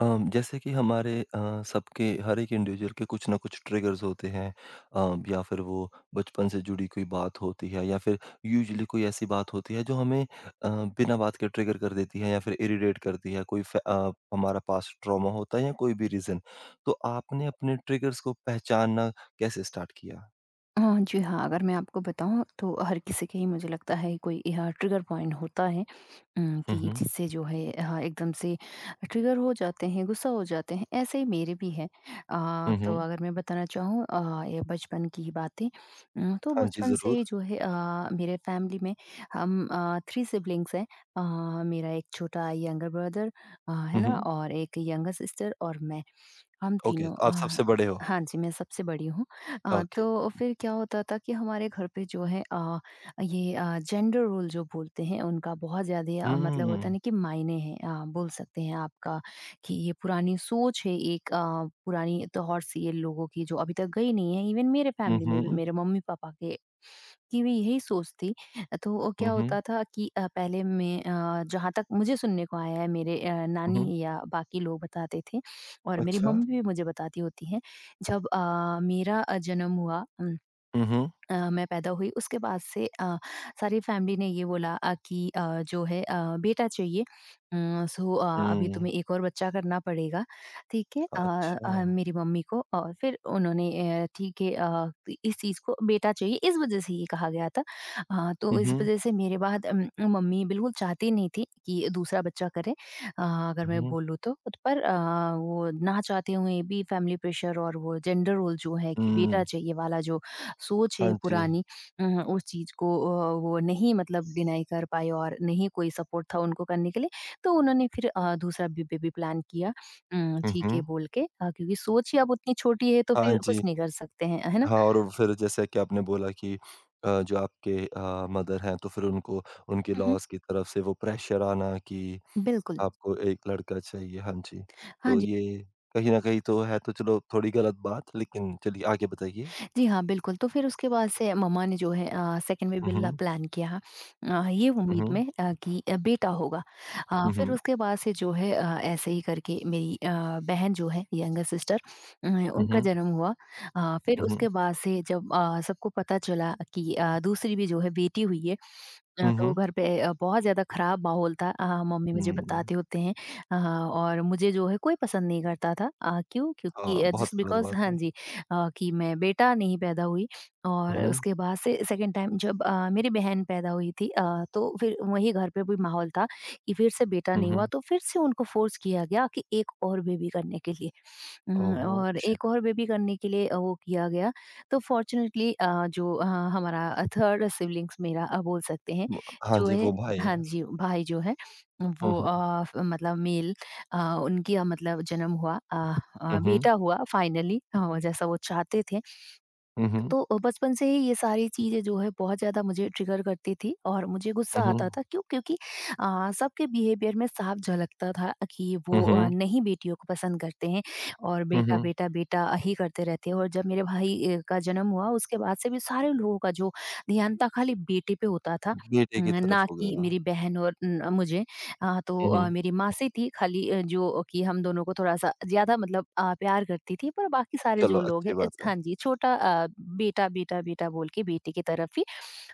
जैसे कि हमारे सबके हर एक इंडिविजुअल के कुछ ना कुछ ट्रिगर्स होते हैं। या फिर वो बचपन से जुड़ी कोई बात होती है, या फिर यूजुअली कोई ऐसी बात होती है जो हमें बिना बात के ट्रिगर कर देती है या फिर इरिटेट करती है। कोई हमारा पास्ट ट्रॉमा होता है, या कोई भी रीजन। तो आपने अपने ट्रिगर्स को पहचानना कैसे स्टार्ट किया? हाँ जी, हाँ, अगर मैं आपको बताऊँ तो हर किसी के ही मुझे लगता है कोई यहाँ ट्रिगर पॉइंट होता है। कि हम्म। जिससे जो है हाँ, एकदम से ट्रिगर हो जाते हैं, गुस्सा हो जाते हैं, ऐसे ही मेरे भी हैं। तो हम्म। अगर मैं बताना चाहूँ ये बचपन की ही बातें। तो हाँ जी, बचपन से ही जरूर। जो है मेरे फैमिली में हम 3 सिबलिंग्स हैं। मेरा एक छोटा यंगर ब्रदर है ना? हम्म। और एक यंगर सिस्टर और मैं। हम ओके, तीनों आप हाँ, सबसे बड़े हो? हाँ जी, मैं सबसे बड़ी हूँ। ओके। तो फिर क्या होता था कि हमारे घर पे जो है ये जेंडर रोल जो बोलते हैं उनका बहुत ज़्यादा मतलब होता है हम्म। ना कि मायने हैं, बोल सकते हैं आपका कि ये पुरानी सोच है एक पुरानी तौर-सी है लोगों की जो अभी तक गई नहीं है। इवन मेरे फैमिली में भी हम्म। मेरे मम्मी-पापा के की भी यही सोच थी। तो वो क्या हम्म। होता था कि पहले मैं जहाँ तक मुझे सुनने को आया है मेरे हम्म। नानी या बाकी लोग बताते थे और मेरी अच्छा। मम्मी भी मुझे बताती होती हैं, जब मेरा जन्म हुआ, हम्म। मैं पैदा हुई उसके बाद से सारी फैमिली ने ये बोला कि जो है बेटा चाहिए। सो अभी हम्म। तुम्हें एक और बच्चा करना पड़ेगा, ठीक है? अच्छा। मेरी मम्मी को और फिर उन्होंने ठीक है इस चीज़ को बेटा चाहिए इस वज़ह से ये कहा गया था। हुँ, तो इस हुँ। वज़ह से मेरे बाद मम्मी बिल्कुल चाहती नहीं थी कि दूसरा बच्चा करें, अगर मैं हुँ, बोलूँ तो। पर वो ना चाहते हुए भी फैमिली प्रेशर और वो जेंडर रोल जो है कि हुँ। बेटा चाहिए वाला जो सोच हाँ है जी। पुरानी, उस चीज़ को वो नहीं मतलब डिनाई कर पाए और नहीं कोई सपोर्ट था उनको करने के लिए, तो उन्होंने फिर दूसरा बे बेबी प्लान किया। हुँ, ठीक है हुँ। बोल के, क्योंकि सोच ही अब उतनी छोटी है तो हाँ फिर कुछ जी। नहीं कर सकते हैं, है ना? हाँ, और फिर जैसा कि आपने बोला कि जो आपके मदर हैं, तो फिर उनको उनके हुँ, हुँ, लॉज़ की तरफ से वो प्रेशर आना कि बिल्कुल। आपको एक लड़का चाहिए। हाँ जी। हाँ तो जी। ये कहीं न कहीं तो है, तो चलो थोड़ी गलत बात, लेकिन चलिए आगे बताइए? जी हाँ, बिल्कुल, तो फिर उसके बाद से मम्मा ने जो है सेकंड में हुँ, बिल्ला हुँ। प्लान किया, ये हुँ, उम्मीद हुँ। में कि बेटा होगा। हुँ, फिर हुँ। उसके बाद से जो है ऐसे ही करके मेरी बहन जो है यंगर सिस्टर, हुँ, उनका हुँ। जन्म हुआ। फिर हुँ, हुँ। उसके बाद से जब सबको पता चला कि दूसरी भी जो है बेटी हुई है, हुँ, तो हुँ। घर पे बहुत ज़्यादा ख़राब माहौल था। मम्मी मुझे हुँ। बताते होते हैं और मुझे जो है कोई पसंद नहीं करता था। क्यों? क्योंकि हाँ, बहुत जस्ट गलत बिकॉज़ बात हाँ है। जी, कि मैं बेटा नहीं पैदा हुई। हुँ, और हुँ। उसके बाद से सेकंड टाइम जब मेरी बहन पैदा हुई थी, तो फिर वही घर पे भी माहौल था कि फिर से बेटा हुँ, नहीं हुआ हुँ। तो फिर से उनको फोर्स किया गया कि एक और बेबी करने के लिए। ओह हुँ, हो! और एक शिट! और बेबी करने के लिए वो किया गया। तो फ़ॉर्च्यूनेटली जो हमारा थर्ड सिब्लिंग्स मेरा बोल सकते हैं, व हाँ जो जी, है वो भाई हाँ है। जी, भाई जो है हुँ, वो हुँ। फ मतलब मेल अ, उनकी मतलब जन्म हुआ, हुँ, हुँ। बेटा हुआ फाइनली, जैसा वो चाहते थे। हुँ, हुँ, हुँ। तो बचपन से ही ये सारी चीज़ें जो है बहुत ज़्यादा मुझे ट्रिगर करती थी और मुझे गुस्सा आता था। क्यों? क्योंकि सबके बिहेवियर में साफ झलकता था कि हुँ, वो हुँ। नहीं बेटियों को पसंद करते हैं और हुँ, बेटा, हुँ। बेटा, बेटा ही करते रहते हैं। और जब मेरे भाई का जन्म हुआ उसके बाद से भी सारे लोगों का जो ध्यान था खाली बेटे पे होता था, बेटे की तरफ ना हो कि गया। मेरी बहन और मुझे। तो हुँ, हुँ। मेरी माँ से थी खाली, जो कि हम दोनों को थोड़ा-सा ज़्यादा मतलब प्यार करती थी पर बाकी सारे चलो जो लोग अच्छी हैं बात इस है। हाँ जी, छोटा बेटा, बेटा, बेटा बोल के बेटे की तरफ ही।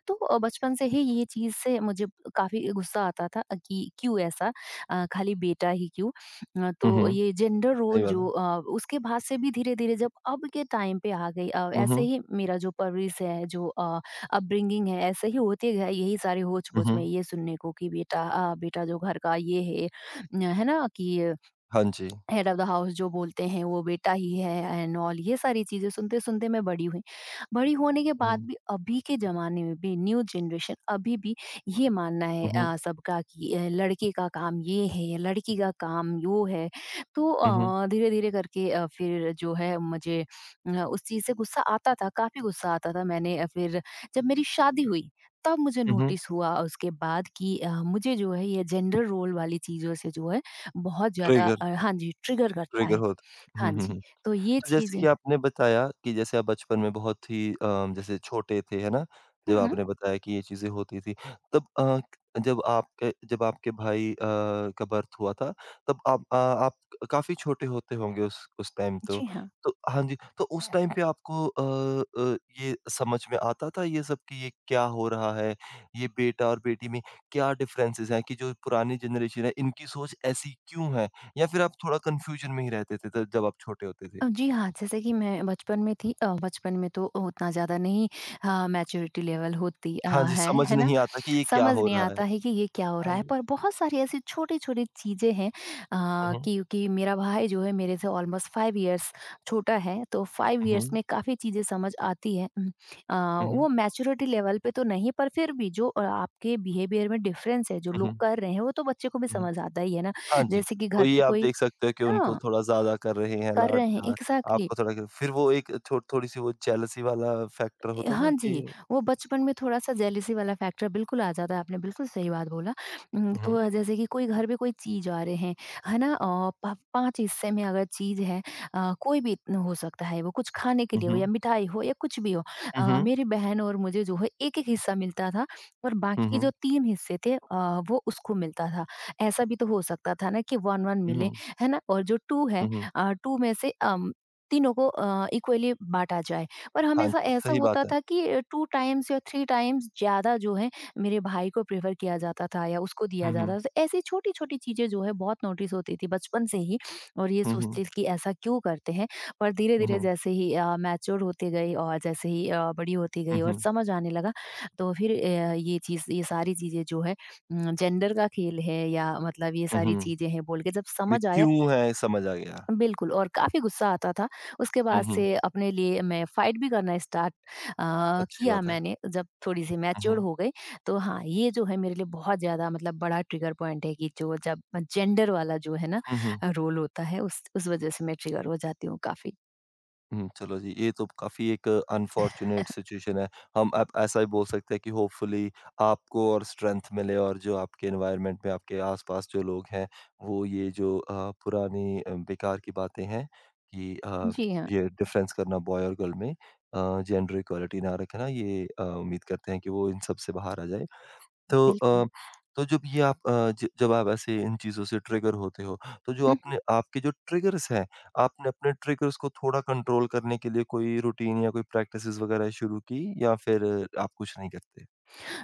तो बचपन से ही ये चीज़ से मुझे काफ़ी गुस्सा आता था कि क्यों ऐसा, खाली बेटा ही क्यों। हुँ, तो हुँ। ये जेंडर सही रोल बात जो है। उसके बाद से भी धीरे-धीरे जब अब के टाइम पे आ गई, हुँ, ऐसे हुँ। ही मेरा जो परवरिश है, जो अपब्रिंगिंग है, ऐसे ही होते गए यही सारे हुँ, होच-पोच में हुँ। ये सुनने को कि बेटा बेटा जो घर का ये है, न है ना? कि हाँ जी। हेड ऑफ़ द हाउस जो बोलते हैं वो बेटा ही है एंड ऑल, ये सारी चीज़ें सुनते-सुनते मैं बड़ी हुई। बड़ी होने के हुँ, बाद हुँ। भी अभी के ज़माने में भी न्यू जनरेशन अभी भी ये मानना है हुँ, हुँ। सबका कि लड़के का काम ये है, लड़की का काम यो है। तो हुँ, हुँ। धीरे-धीरे करके फिर जो है मुझे उस चीज़ से गुस्सा आता था, काफ़ी गुस्सा आता था। मैंने फिर जब मेरी शादी हुई तब मुझे हुँ, हुँ। नोटिस हुआ उसके बाद कि मुझे जो है ये जेंडर रोल वाली चीज़ों से जो है बहुत ज़्यादा ट्रिगर हाँ जी, ट्रिगर करता ट्रिगर है। होता। हाँ हुँ, हुँ, जी, हुँ। तो ये तो जैसे चीज़। कि आपने बताया कि जैसे आप बचपन में बहुत ही जैसे छोटे थे, है ना? हुँ, जब हुँ। आपने बताया कि ये चीज़ें होती थी, तब जब आपके भाई का बर्थ हुआ था, तब आप काफ़ी छोटे होते होंगे उस टाइम तो। जी हाँ। तो हाँ जी, तो उस टाइम पे आपको ये समझ में आता था ये सब कि ये क्या हो रहा है? ये बेटा और बेटी में क्या डिफरेंसेज़ हैं, कि जो पुरानी जनरेशन है, इनकी सोच ऐसी क्यों है? या फिर आप थोड़ा कन्फ्यूज़न में ही रहते थे तब, जब आप छोटे होते थे? जी हाँ, जैसे कि मैं बचपन में थी, बचपन में तो उतना ज़्यादा नहीं मैच्योरिटी लेवल होती हाँ जी, समझ है ना? नहीं आता कि ये क्या समझ हो नहीं रहा है। आता है कि ये क्या हो हाँ रहा है, जी। पर बहुत सारी ऐसी छोटी-छोटी चीज़ें हैं। हुँ, हुँ, क्योंकि मेरा भाई जो है मेरे से ऑलमोस्ट 5 इयर्स छोटा है, तो 5 हुँ, इयर्स में काफ़ी चीज़ें समझ आती हैं। अ, हुँ, वो मैच्योरिटी लेवल पे तो नहीं, पर फिर भी जो आपके बिहेवियर में डिफरेंस है, जो लोग हुँ, कर रहे हैं, वो तो बच्चे को भी हुँ। समझ आता ही है ना? हाँ जी, जैसे कि घर वही पे आप कोई देख सकते हो कि उनको हाँ, थोड़ा ज़्यादा कर रहे हैं कर रहे हैं, लाड-प्यार, एग्ज़ैक्टली। आपको थोड़ा क फिर वो एक थो थोड़ी-सी वो जेलसी वाला फैक्टर होता हाँ था कि। जी, वो बचपन में थोड़ा-सा जेलसी वाला फैक्टर बिल्कुल आ जाता है, आपने बिल्कुल सही बात बोला। हुँ, हुँ, तो जैसे कि कोई घर पे कोई चीज़ आ रहे हैं, है ना? अ, प 5 हिस्से में अगर चीज़ है, कोई भी न हो सकता है, वो कुछ खाने के हुँ, लिए हो या हुँ, मिठाई हो या कुछ भी हो। मेरी बहन और मुझे जो है एक-एक हिस्सा मिलता था और हुँ, बाकी के हुँ, जो 3 हिस्से थे वो उसको मिलता था। ऐसा भी तो हो सकता था ना कि 1-1 मिले, है ना? और जो 2 है हुँ, हुँ। 2 में से तीनों को इक्वली बाँटा जाए। पर हाँ हमेशा जी, ऐसा सही होता बात है। था कि 2 टाइम्स या 3 टाइम्स ज़्यादा जो है मेरे भाई को प्रेफ़र किया जाता था या उसको दिया हुँ, हुँ, जाता था। तो ऐसी छोटी-छोटी चीज़ें जो है बहुत नोटिस होती थी बचपन से ही और ये हुँ, हुँ, सोचते कि ऐसा क्यों करते हैं? पर हुँ, धीरे-धीरे हुँ, जैसे ही मैच्योर होते गए और जैसे ही बड़ी होती गई हुँ, और समझ आने लगा तो फिर ये सारी चीज़ें जो है जेंडर का खेल है या मतलब ये हुँ, सारी हुँ। चीज़ें हैं बोल के जब ये समझ आया, क्यों है समझ आ गया। बिल्कुल और काफ़ी गुस्सा आता था। उसके हुँ, बाद हुँ, से अपने लिए मैं फ़ाइट भी करना स्टार्ट अ, अच्छी किया बात है। मैंने जब थोड़ी-सी हुँ, मैच्योर हुँ, हो गई। तो हाँ, ये जो है मेरे लिए बहुत ज़्यादा मतलब बड़ा ट्रिगर पॉइंट है कि जो जब जेंडर वाला जो है ना हुँ, हुँ। रोल होता है उस वज़ह से मैं ट्रिगर हो जाती हूँ काफ़ी। हुँ, चलो जी, ये तो काफ़ी एक अनफॉर्च्यूनेट सिचुएशन है। हम, आप ऐसा भी बोल सकते हैं कि होपफुली आपको और स्ट्रेंथ मिले, और जो आपके एनवायरनमेंट में आपके आस-पास जो लोग हैं, वो ये जो पुरानी बेकार की बातें हैं, कि जी हाँ, ये डिफ़रेंस करना बॉय और गर्ल में, जेंडर इक्वालिटी ना रखना, ये उम्मीद करते हैं कि वो इन सब से बाहर आ जाए। तो बिल्कुल। तो जब ये आप अ, ज जब आप ऐसे इन चीज़ों से ट्रिगर होते हो, तो जो अपने आपके जो ट्रिगर्स हैं, आपने अपने ट्रिगर्स को थोड़ा कंट्रोल करने के लिए कोई रूटीन या कोई प्रैक्टिसेज़ वगैरह शुरू की, या फिर आप कुछ नहीं करते?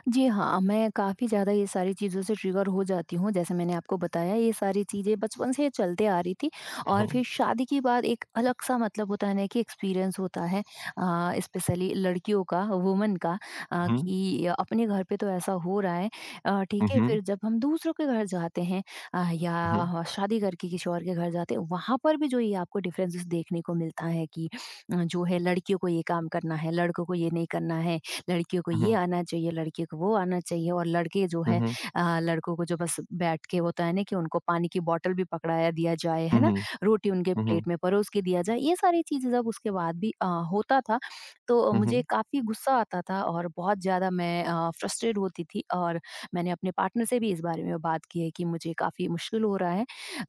जी हाँ, मैं काफ़ी ज़्यादा ये सारी चीज़ों से ट्रिगर हो जाती हूँ। जैसे मैंने आपको बताया ये सारी चीज़ें बचपन से चलते आ रही थी और हुँ, फिर शादी के बाद एक अलग-सा मतलब होता है ना कि एक्सपीरियंस होता है, स्पेशली लड़कियों का, वुमन का, हुँ, कि अपने घर पे तो ऐसा हो रहा है, हुँ, ठीक है? हुँ, फिर जब हम दूसरों के घर जाते हैं हुँ, या शादी करके किसी और के घर जाते हैं, वहाँ पर भी जो ये आपको डिफरेंसेस देखने को मिलता है कि जो है लड़कियों को ये काम करना है, लड़कों को ये नहीं करना है। लड़कियों को हुँ, ये हुँ, आना चाहिए, लड़कियों को वो आना चाहिए और लड़के जो हुँ, है हुँ, लड़कों को जो बस बैठ के होता है ना कि उनको पानी की बॉटल भी पकड़ाया दिया जाए, है हुँ, ना? हुँ, रोटी उनके हुँ, प्लेट में परोस के दिया जाए, ये सारी चीज़ें जब उसके बाद भी होता था, तो हुँ, मुझे काफ़ी गुस्सा आता था और बहुत ज़्यादा मैं फ्रस्ट्रेट होती थी और मैंने अपने पार्टनर से भी इस बारे में बात की है कि मुझे काफ़ी मुश्किल हो रहा है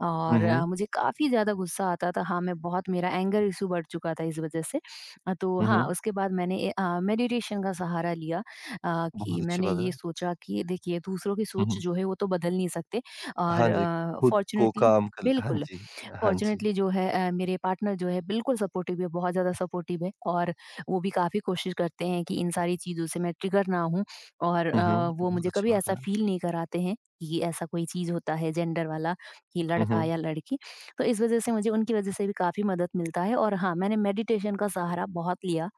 और हुँ, मुझे काफ़ी ज़्यादा गुस्सा आता था। हाँ, मैं बहुत मेरा एंगर इश्यू बढ़ चुका था इस वज़ह से। तो हुँ, हाँ, हुँ, उसके बाद मैंने मेडिटेशन का सहारा लिया। कि बहुत अच्छी मैंने बात ये है। सोचा कि देखिए दूसरों की हुँ, सोच हुँ, जो है वो तो बदल नहीं सकते हाँ और जी, खुद को फॉर्च्यूनेटली काम कर ले, हाँ बिल्कुल, जी, हाँ जी। फॉर्च्यूनेटली जो है मेरे पार्टनर जो है बिल्कुल सपोर्टिव है, बहुत ज़्यादा सपोर्टिव है और वो भी काफ़ी कोशिश करते हैं कि इन सारी चीज़ों से मैं ट्रिगर ना हूँ और हुँ, हुँ, वो बहुत मुझे अच्छी कभी बात ऐसा है। फ़ील नहीं कराते हैं कि ऐसा कोई चीज़ होता है जेंडर वाला कि हुँ, लड़का हुँ, या लड़की। तो इस वज़ह से मुझे उनकी वज़ह से भी काफ़ी मदद मिलता है और हाँ, मैंने मेडिटेशन का सहारा बहुत लिया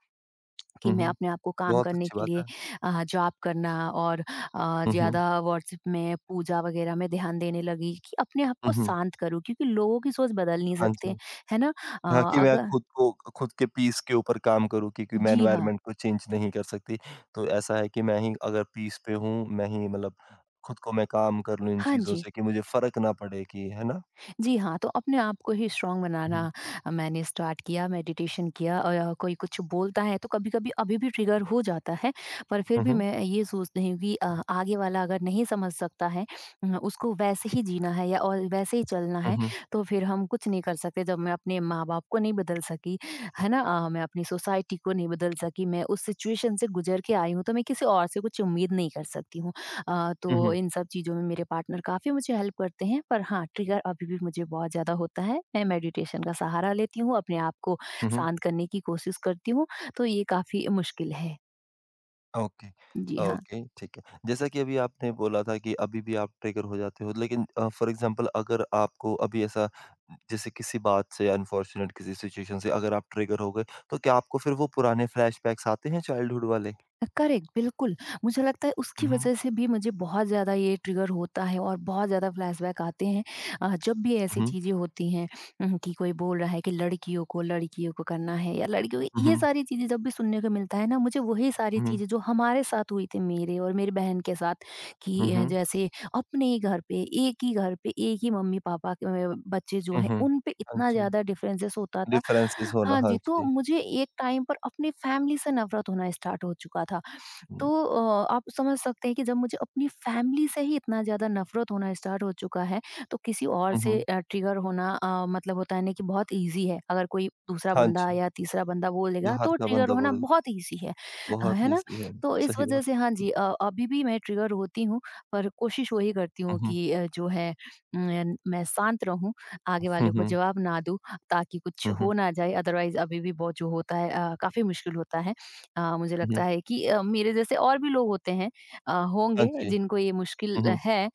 कि हुँ, मैं हुँ, अपने आप को काम बहुत करने अच्छी के बात लिए है। जॉब करना और हुँ, हुँ, ज़्यादा व्हाट्सएप में पूजा वग़ैरह में ध्यान देने लगी कि अपने आप हुँ, को हुँ, शांत करूँ क्योंकि लोगों की सोच बदल नहीं हाँ सकते, जी। है ना? हाँ, कि मैं अगर खुद के पीस के ऊपर काम करूँ, क्योंकि मैं जी हाँ। एनवायरनमेंट को चेंज नहीं कर सकती। तो ऐसा है कि मैं ही अगर पीस पे हूँ, मैं ही मतलब खुद को मैं काम कर लूँ इन हाँ चीज़ों जी। से, कि मुझे फ़र्क ना पड़े, कि है ना? जी हाँ, तो अपने आप को ही स्ट्रॉन्ग हुँ, बनाना मैंने स्टार्ट किया, मेडिटेशन किया और कोई कुछ बोलता है तो कभी-कभी अभी भी ट्रिगर हो जाता है, पर फिर हुँ, भी हुँ, मैं ये सोचती हूँ कि आगे वाला अगर नहीं समझ सकता है उसको वैसे ही जीना है या और वैसे ही चलना हुँ, है, हुँ, तो फिर हम कुछ नहीं कर सकते। जब मैं अपने माँ-बाप को नहीं बदल सकी, है ना? मैं अपनी सोसाइटी को नहीं बदल सकी, मैं उस सिचुएशन से गुज़र के आई हूँ, तो मैं किसी और से कुछ उम्मीद नहीं कर सकती हूँ। हुँ, तो हुँ, इन सब चीज़ों में मेरे पार्टनर काफ़ी मुझे हेल्प करते हैं पर हाँ, ट्रिगर अभी भी मुझे बहुत ज़्यादा होता है। मैं मेडिटेशन का सहारा लेती हूँ, अपने आप को हुँ, हुँ। शांत करने की कोशिश करती हूँ, तो ये काफ़ी मुश्किल है। ओके, जी हाँ। ओके, ठीक है। जैसा कि अभी आपने बोला था कि अभी भी आप ट्रिगर हो जाते हो, लेकिन फ़ॉर एग्ज़ाम्पल अगर आपको अभी ऐसा, जैसे किसी बात से अनफॉर्च्यूनेट किसी सिचुएशन से अगर आप ट्रिगर हो गए, तो क्या आपको फिर वो पुराने फ्लैशबैक्स आते हैं चाइल्डहुड वाले? करेक्ट, बिल्कुल। मुझे लगता है उसकी हुँ। वज़ह से भी मुझे बहुत ज़्यादा ये ट्रिगर होता है और बहुत ज़्यादा फ्लैशबैक आते हैं। जब भी ऐसी हुँ, चीज़ें होती हैं कि कोई बोल रहा है कि लड़कियों को करना है या लड़कियों को, हुँ, ये हुँ, सारी चीज़ें जब भी सुनने को मिलता है ना, मुझे वही सारी हुँ, चीज़ें जो हमारे साथ हुई थी मेरे और मेरी बहन के साथ हुँ, कि हुँ, जैसे अपने ही घर पे, एक ही घर पे, एक ही मम्मी-पापा के बच्चे जो हुँ, हैं, हुँ। उन पे हाँ इतना जी, ज़्यादा डिफरेंसेस होता था। डिफरेंसेस होना, हाँ हाँ जी, तो जी। मुझे एक टाइम पर अपनी फैमिली से नफ़रत होना स्टार्ट हो चुका था। हुँ, तो आप समझ सकते हैं कि जब मुझे अपनी फैमिली से ही इतना ज़्यादा नफ़रत होना स्टार्ट हो चुका है, तो किसी और हुँ, से हुँ, ट्रिगर होना मतलब होता है ना कि बहुत ईज़ी है। अगर कोई दूसरा हाँ बंदा जी, या तीसरा बंदा बोलेगा बिहार तो का ट्रिगर बंदा होना बोल बहुत ईज़ी है। बहुत है ना? ईज़ी है, तो इस सही बात। वज़ह से हाँ जी, अभी भी मैं ट्रिगर होती हूँ, पर कोशिश वही करती हुँ, हूँ हुँ, कि जो है मैं मैं शांत रहूँ, आगे हुँ, वाले को हुँ, जवाब ना दूँ ताकि कुछ हुँ, हुँ, हो ना जाए, अदरवाइज़ अभी भी बहुत जो होता है काफ़ी मुश्किल होता है। मुझे हुँ, लगता हुँ, है कि मेरे जैसे और भी लोग होते हैं हाँ होंगे जी, जिनको ये मुश्किल हुँ, हुँ, है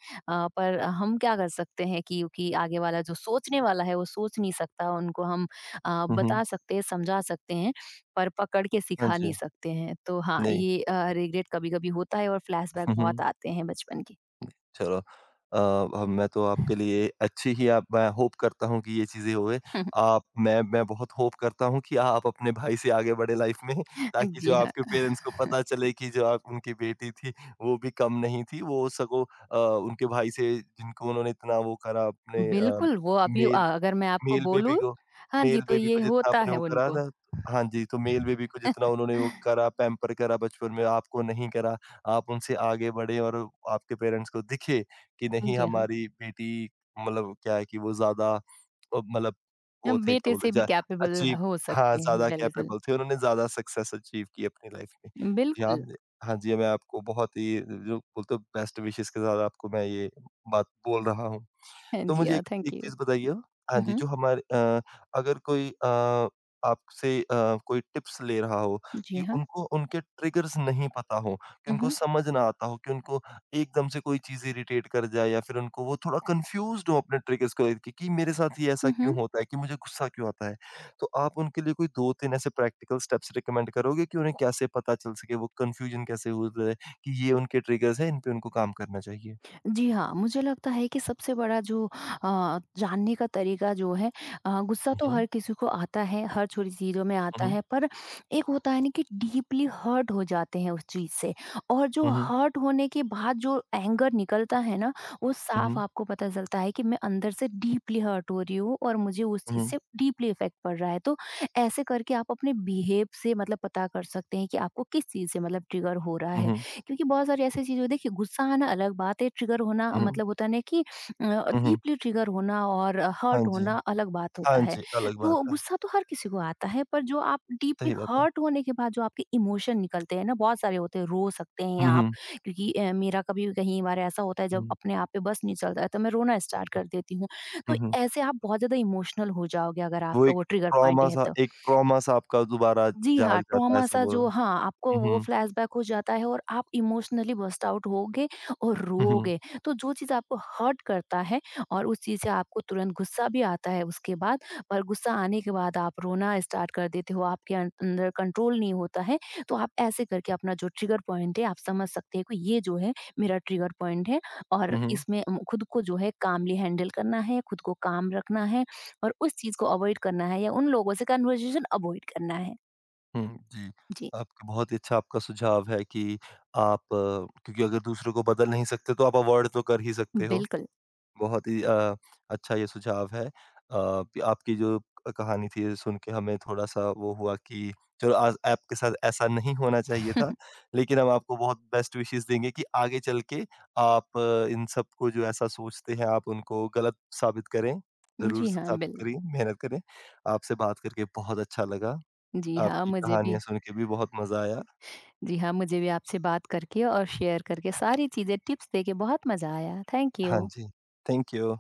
पर हम क्या कर सकते हैं क्योंकि आगे वाला जो सोचने वाला है वो सोच नहीं सकता उनको हम हुँ, हुँ, बता सकते हैं समझा सकते हैं पर पकड़ के हाँ सिखा जी, नहीं सकते हैं तो हाँ नहीं। ये रिग्रेट कभी कभी होता है और फ्लैशबैक हुँ, बहुत हुँ। आते हैं बचपन के। चलो अ, अब मैं तो आपके लिए अच्छी ही आप मैं होप करता हूँ कि ये चीज़ें होए। आप मैं बहुत होप करता हूँ कि आप अपने भाई से आगे बढ़े लाइफ़ में, ताकि जो जी हाँ आपके पेरेंट्स को पता चले कि जो आप उनकी बेटी थी, वो भी कम नहीं थी। वो सगों अ, उनके भाई से, जिनको उन्होंने इतना वो करा, अपने बिल्कुल वो अभी मेल अगर मैं आपको मेल बेबी बोलूँ को। हाँ जी मेल तो बेबी को ये जितना होता आपने है वो करा उनको। था, हाँ जी, तो मेल बेबी को जितना उन्होंने वो करा, पैम्पर करा बचपन में, आपको नहीं करा। आप उनसे आगे बढ़े, और आपके पेरेंट्स को दिखे कि नहीं, जी हाँ हमारी बेटी मतलब क्या है, कि वो ज़्यादा मतलब, वो हम थे क्या बेटे बोलते से भी जा, कैपेबल अचीव, हो हाँ, सकते हैं, ज़्यादा बिल्कुल। कैपेबल थे। उन्होंने ज़्यादा सक्सेस अचीव की अपनी लाइफ़ में। जी हाँ, बिल्कुल, हाँ जी, मैं आपको बहुत ही जो बोलते हो बेस्ट विशेस के साथ आपको मैं ये बात बोल रहा हूँ। हाँ तो जी, मुझे एक थैंक एक यू। चीज़ बताइए, आप, हाँ हुँ, जी, हुँ। जो हमारे अगर कोई आपसे कोई टिप्स ले रहा हो, कि जी हाँ। उनको उनके ट्रिगर्स नहीं पता हो, कि हुँ, उनको हुँ। समझ ना आता हो कि उनको एकदम से कोई चीज़ इरिटेट कर जाए, या फिर उनको वो थोड़ा कन्फ्यूज़्ड हो अपने ट्रिगर्स को लेके, कि मेरे साथ ये ऐसा हुँ, क्यों हुँ। होता है? कि मुझे गुस्सा क्यों आता है? तो आप उनके लिए कोई 2-3 ऐसे प्रैक्टिकल स्टेप्स रिकमेंड करोगे, कि उन्हें कैसे पता चल सके, वो कन्फ्यूजन कैसे हो जाए कि ये उनके ट्रिगर्स हैं, इन पे उनको काम करना चाहिए? जी हाँ, मुझे लगता है कि सबसे बड़ा जो जानने का तरीका जो है गुस्सा हुँ, तो हर हुँ। किसी को आता है, हर छोटी चीज़ों में हुँ, आता हुँ। है, पर एक होता है ना कि डीपली हर्ट हो जाते हैं उस चीज़ से और जो हुँ, हुँ। हर्ट होने के बाद जो एंगर निकलता है ना, वो हुँ, साफ हुँ। आपको पता चलता है कि मैं अंदर से डीपली हर्ट हो रही हूँ और मुझे उस हुँ, चीज़ हुँ। से डीपली इफ़ेक्ट पड़ रहा है। तो ऐसे करके आप अपने बिहेव से मतलब पता कर सकते हैं कि आपको किस चीज़ से मतलब ट्रिगर हो रहा हुँ, है। हुँ। क्योंकि बहुत सारी ऐसी चीज़ें देखिए गुस्सा आना अलग बात है, ट्रिगर होना हुँ, हुँ। मतलब होता है ना कि अ, हुँ, हुँ। डीपली ट्रिगर होना और हाँ हर्ट जी। होना अलग बात हाँ होता है। जी, अलग बात तो है। गुस्सा तो हर किसी को आता है, पर जो आप डीपली सही बात है। हर्ट होने के बाद जो आपके इमोशन निकलते हैं ना, बहुत सारे होते हैं, रो सकते हैं हुँ, आप हुँ। क्योंकि मेरा कभी कहीं बार ऐसा होता है जब हुँ, अपने आप पे बस नहीं चलता है तो मैं रोना स्टार्ट कर देती हूँ। तो हुँ। हुँ, हुँ। ऐसे आप बहुत ज़्यादा इमोशनल हो जाओगे अगर वो आपका एक वो ट्रिगर पॉइंट है ट्रॉमा-सा तो। एक ट्रॉमा-सा आपका दोबारा जी जाग हाँ, जाता है, ट्रॉमा ऐसे सा बोल। जो हुँ, हाँ, आपको वो हुँ। फ्लैशबैक हो जाता है और आप इमोशनली बर्स्ट आउट होगे और हुँ, हुँ। रोओगे। तो जो चीज़ आपको हर्ट करता है और उस चीज़ से आपको तुरंत गुस्सा भी आता है उसके बाद, पर गुस्सा आने के बाद आप रोना स्टार्ट कर देते हो, आपके अंदर कंट्रोल नहीं होता है। तो आप ऐसे करके अपना जो ट्रिगर पॉइंट है, आप समझ सकते हैं कि ये जो है मेरा ट्रिगर पॉइंट है और हुँ, हुँ। इसमें खुद को जो है कामली हैंडल करना है, खुद को काम रखना है और उस चीज़ को अवॉइड करना है या उन लोगों से कन्वर्सेशन अवॉइड करना है। हुँ, जी। जी, आपका बहुत ही अच्छा आपका सुझाव है कि आप, क्योंकि अगर दूसरों को बदल नहीं सकते, तो आप अवॉइड तो कर ही सकते हो। बिल्कुल। बहुत ही अच्छा ये सुझाव है। आपकी जो कहानी थी ये सुन के हमें थोड़ा-सा वो हुआ, कि चलो आज आपके साथ ऐसा नहीं होना चाहिए था। लेकिन हम आपको बहुत बेस्ट विशेज़ देंगे, कि आगे चल के आप इन सबको जो ऐसा सोचते हैं, आप उनको गलत साबित करें। ज़रूर जी हाँ, साबित बिल करिए, मेहनत करें। आपसे बात करके बहुत अच्छा लगा। जी हाँ, आपकी मुझे कहानियाँ भी सुन के भी बहुत मज़ा आया। जी हाँ, मुझे भी आपसे बात करके और शेयर करके सारी चीज़ें, टिप्स देके बहुत मज़ा आया। थैंक हाँ यू। Ji, thank you.